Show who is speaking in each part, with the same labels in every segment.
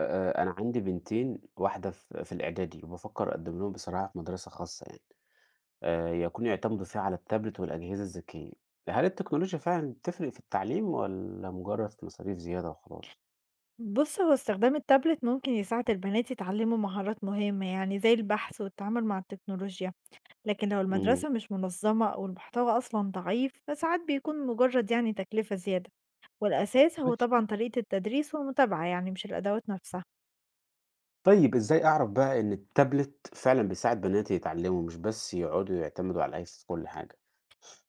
Speaker 1: أنا عندي بنتين، واحدة في الإعدادي، وبافكر أقدّم لهم بصراحة في مدرسة خاصة يعني، يكونوا يعتمدوا فيها على التابلت والأجهزة الذكية. هل التكنولوجيا فعلًا بتفرق في التعليم والّا مجرد مصاريف زيادة وخلاص؟
Speaker 2: بُص، هو استخدام التابلت ممكن يساعد البنات يتعلموا مهارات مهمة، يعني زي البحث والتعامل مع التكنولوجيا، لكن لو
Speaker 1: إمم،
Speaker 2: المدرسة مش منظمة أو المحتوى أصلًا ضعيف، فساعات بيكون مجرد يعني تكلفة زيادة، والأساس هو
Speaker 1: ماشي.
Speaker 2: طبعًا طريقة التدريس والمتابعة يعني مش الأدوات نفسها.
Speaker 1: طيب إزاي أعرف بقى إن التابلت فعلًا بيساعد بناتي يتعلموا مش بس يقعدوا يعتمدوا على الآيس في كل حاجة؟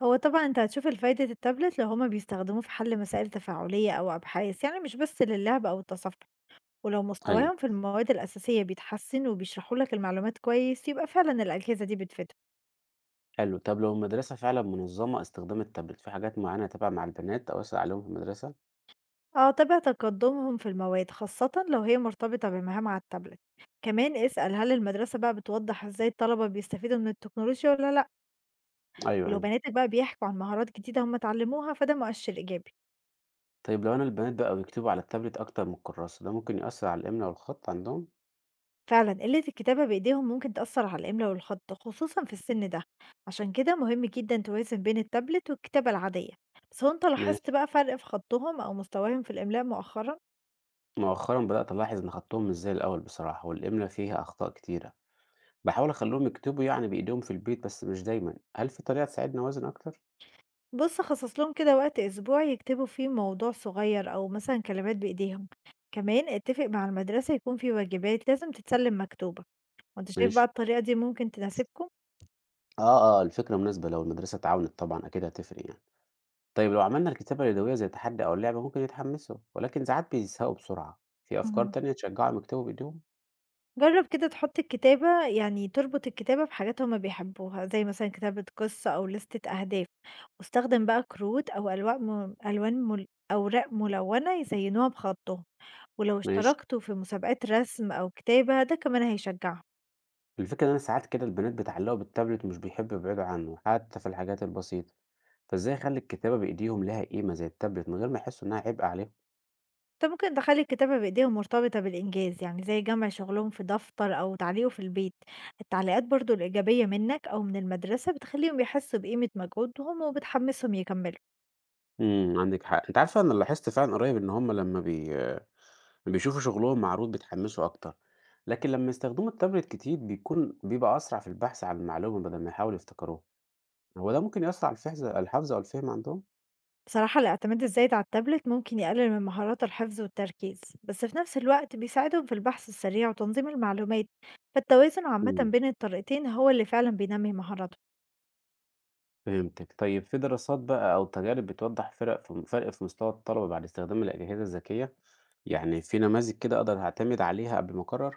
Speaker 2: هو طبعًا أنت هتشوف الفايدة التابلت لو هُم بيستخدموه في حل مسائل تفاعلية أو أبحاث، يعني مش بس للعب أو التصفح، ولو
Speaker 1: أيوه،
Speaker 2: مستواهم في المواد الأساسية بيتحسن وبيشرحوا لك المعلومات كويس، يبقى فعلًا الأجهزة دي بتفيدهم.
Speaker 1: حلو. طب لو المدرسة فعلًا منظمة استخدام التابلت، في حاجات معينة أتابع مع البنات أو أسأل عليهم في المدرسة؟
Speaker 2: آه، تابع تقدمهم في المواد خاصة لو هي مرتبطة بمهام على التابلت، كمان اسأل هل المدرسة بقى بتوضح ازاي الطلبة بيستفيدوا من التكنولوجيا ولا لأ،
Speaker 1: أيوه،
Speaker 2: ولو
Speaker 1: أيوه.
Speaker 2: بناتك بقى بيحكوا عن مهارات جديدة هم اتعلموها فده مؤشر إيجابي.
Speaker 1: طيب لو أنا البنات بقى بيكتبوا على التابلت أكتر من الكراسة، ده ممكن يأثر على الإملا والخط عندهم؟
Speaker 2: فعلا قلة الكتابة بإيديهم ممكن تأثر على الإملاء والخط خصوصا في السن ده، عشان كده مهم جدا توازن بين التابلت والكتابة العادية. بس هو انت لاحظت
Speaker 1: ماشي،
Speaker 2: بقى فرق في خطهم أو مستواهم في الإملاء مؤخرا؟
Speaker 1: مؤخرًا بدأت ألاحظ إن خطهم مش زي الأول بصراحة، والإملا فيها أخطاء كتيرة، بحاول أخليهم يكتبوا يعني بإيديهم في البيت بس مش دايمًا، هل في طريقة تساعدني أوازن أكتر؟
Speaker 2: بُص، خصّص لهم كده وقت أسبوع يكتبوا فيه موضوع صغير أو مثلًا كلمات بإيديهم، كمان اتفق مع المدرسة يكون في واجبات لازم تتسلم مكتوبة، وأنت شايف
Speaker 1: ماشي،
Speaker 2: بقى الطريقة دي ممكن تناسبكم؟
Speaker 1: آه، آه الفكرة مناسبة لو المدرسة اتعاونت طبعًا أكيد هتفرق يعني، طيب لو عملنا الكتابة اليدوية زي تحدي أو لعبة ممكن يتحمسوا، ولكن ساعات بيزهقوا بسرعة، في أفكار
Speaker 2: اهم.
Speaker 1: تانية تشجعهم يكتبوا بإيديهم؟
Speaker 2: جرّب كده تحط الكتابة يعني تربط الكتابة بحاجات هُم بيحبوها، زي مثلًا كتابة قصة أو ليستة أهداف، واستخدم بقى كروت أو ألواق م ألوان مل أوراق ملونة يزينوها بخطهم، ولو
Speaker 1: ماشي.
Speaker 2: اشتركتوا في مسابقات رسم أو كتابة ده كمان هيشجعهم.
Speaker 1: الفكرة إن أنا ساعات كده البنات بيتعلقوا بالتابلت ومش بيحبوا يبعدوا عنه حتى في الحاجات البسيطة، فإزاي أخلي الكتابة بإيديهم لها قيمة زي التابلت من غير ما يحسوا إنها عبء عليهم؟
Speaker 2: طب ممكن تخلّي الكتابة بإيديهم مرتبطة بالإنجاز، يعني زي جمع شغلهم في دفتر أو تعليقه في البيت، التعليقات برضه الإيجابية منك أو من المدرسة بتخلّيهم يحسّوا بقيمة مجهودهم وبتحمّسهم يكمّلوا.
Speaker 1: إمم، عندِك حق، أنتِ عارفة أنا لاحظت فعلًا قريب إن هم لما بي بيشوفوا شغلهم معروض بيتحمسوا أكتر، لكن لما يستخدموا التابلت كتير بيكون بيبقى أسرع في البحث عن المعلومة بدل ما يحاولوا يفتكروها، هو ده ممكن يأثر على الحفظ أو الفهم عندهم؟
Speaker 2: بصراحة الاعتماد الزايد على التابلت ممكن يقلل من مهارات الحفظ والتركيز، بس في نفس الوقت بيساعدهم في البحث السريع وتنظيم المعلومات، فالتوازن عامةً
Speaker 1: إمم.
Speaker 2: بين الطريقتين هو اللي فعلًا بينمّي مهاراتهم.
Speaker 1: فهمتِك. طيب في دراسات بقى أو تجارب بتوضّح فرق في مستوى الطلبة بعد استخدام الأجهزة الذكية؟ يعني في نماذج كده أقدر أعتمد عليها قبل ما أقرر؟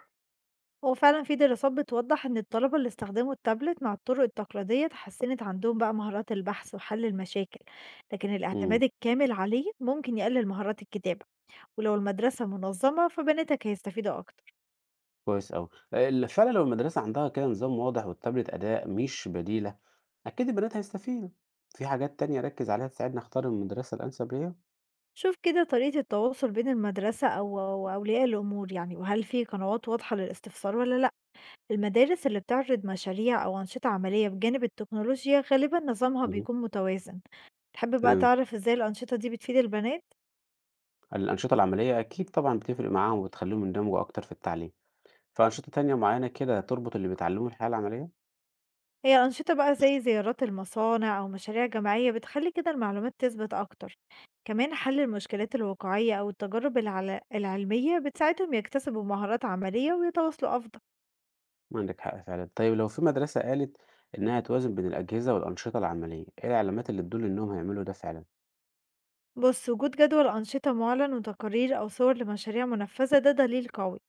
Speaker 2: هو فعلًا في دراسات بتوضّح إن الطلبة اللي استخدموا التابلت مع الطرق التقليدية اتحسنت عندهم بقى مهارات البحث وحل المشاكل، لكن
Speaker 1: إمم،
Speaker 2: الاعتماد الكامل عليه ممكن يقلل مهارات الكتابة، ولو المدرسة منظمة فبناتك هيستفيدوا أكتر.
Speaker 1: كويس أوي. ال فعلًا لو المدرسة عندها كده نظام واضح والتابلت أداة مش بديلة، أكيد البنات هيستفيدوا. في حاجات تانية أركّز عليها تساعدني أختار المدرسة الأنسب ليّا؟
Speaker 2: شوف كده طريقة التواصل بين المدرسة أو أولياء الأمور يعني، وهل في قنوات واضحة للاستفسار والّا لأ؟ المدارس اللي بتعرض مشاريع أو أنشطة عملية بجانب التكنولوجيا غالبًا نظامها
Speaker 1: اهم،
Speaker 2: بيكون متوازن. تحب بقى
Speaker 1: فهمت.
Speaker 2: تعرف إزاي الأنشطة دي بتفيد البنات؟
Speaker 1: الأنشطة العملية أكيد طبعًا بتفرق معاهم وبتخلّيهم يندمجوا أكتر في التعليم. فأنشطة تانية معيّنة كده تربط اللي بيتعلموه بالحياة العملية؟
Speaker 2: هي الأنشطة بقى زي زيارات المصانع أو مشاريع جماعية بتخلي كده المعلومات تثبت أكتر، كمان حل المشكلات الواقعية أو العلمية بتساعدهم يكتسبوا مهارات عملية ويتواصلوا أفضل.
Speaker 1: عندك حق فعلا. طيب لو في مدرسة قالت إنها توازن بين الأجهزة والأنشطة العملية إيه العلامات اللي تدل إنهم هيعملوا ده فعلا؟
Speaker 2: بص، وجود جدول أنشطة معلن وتقارير أو صور لمشاريع منفذة ده دليل قوي.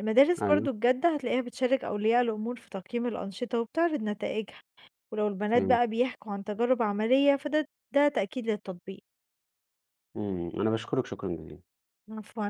Speaker 2: المدارس
Speaker 1: أيوه،
Speaker 2: برضو الجادة هتلاقيها بتشارك أولياء الأمور في تقييم الأنشطة وبتعرض نتائجها، ولو البنات
Speaker 1: فهمت.
Speaker 2: بقى بيحكوا عن تجارب عملية فده تأكيد للتطبيق.
Speaker 1: مم. أنا بشكرك شكرا جزيلا
Speaker 2: عفوا.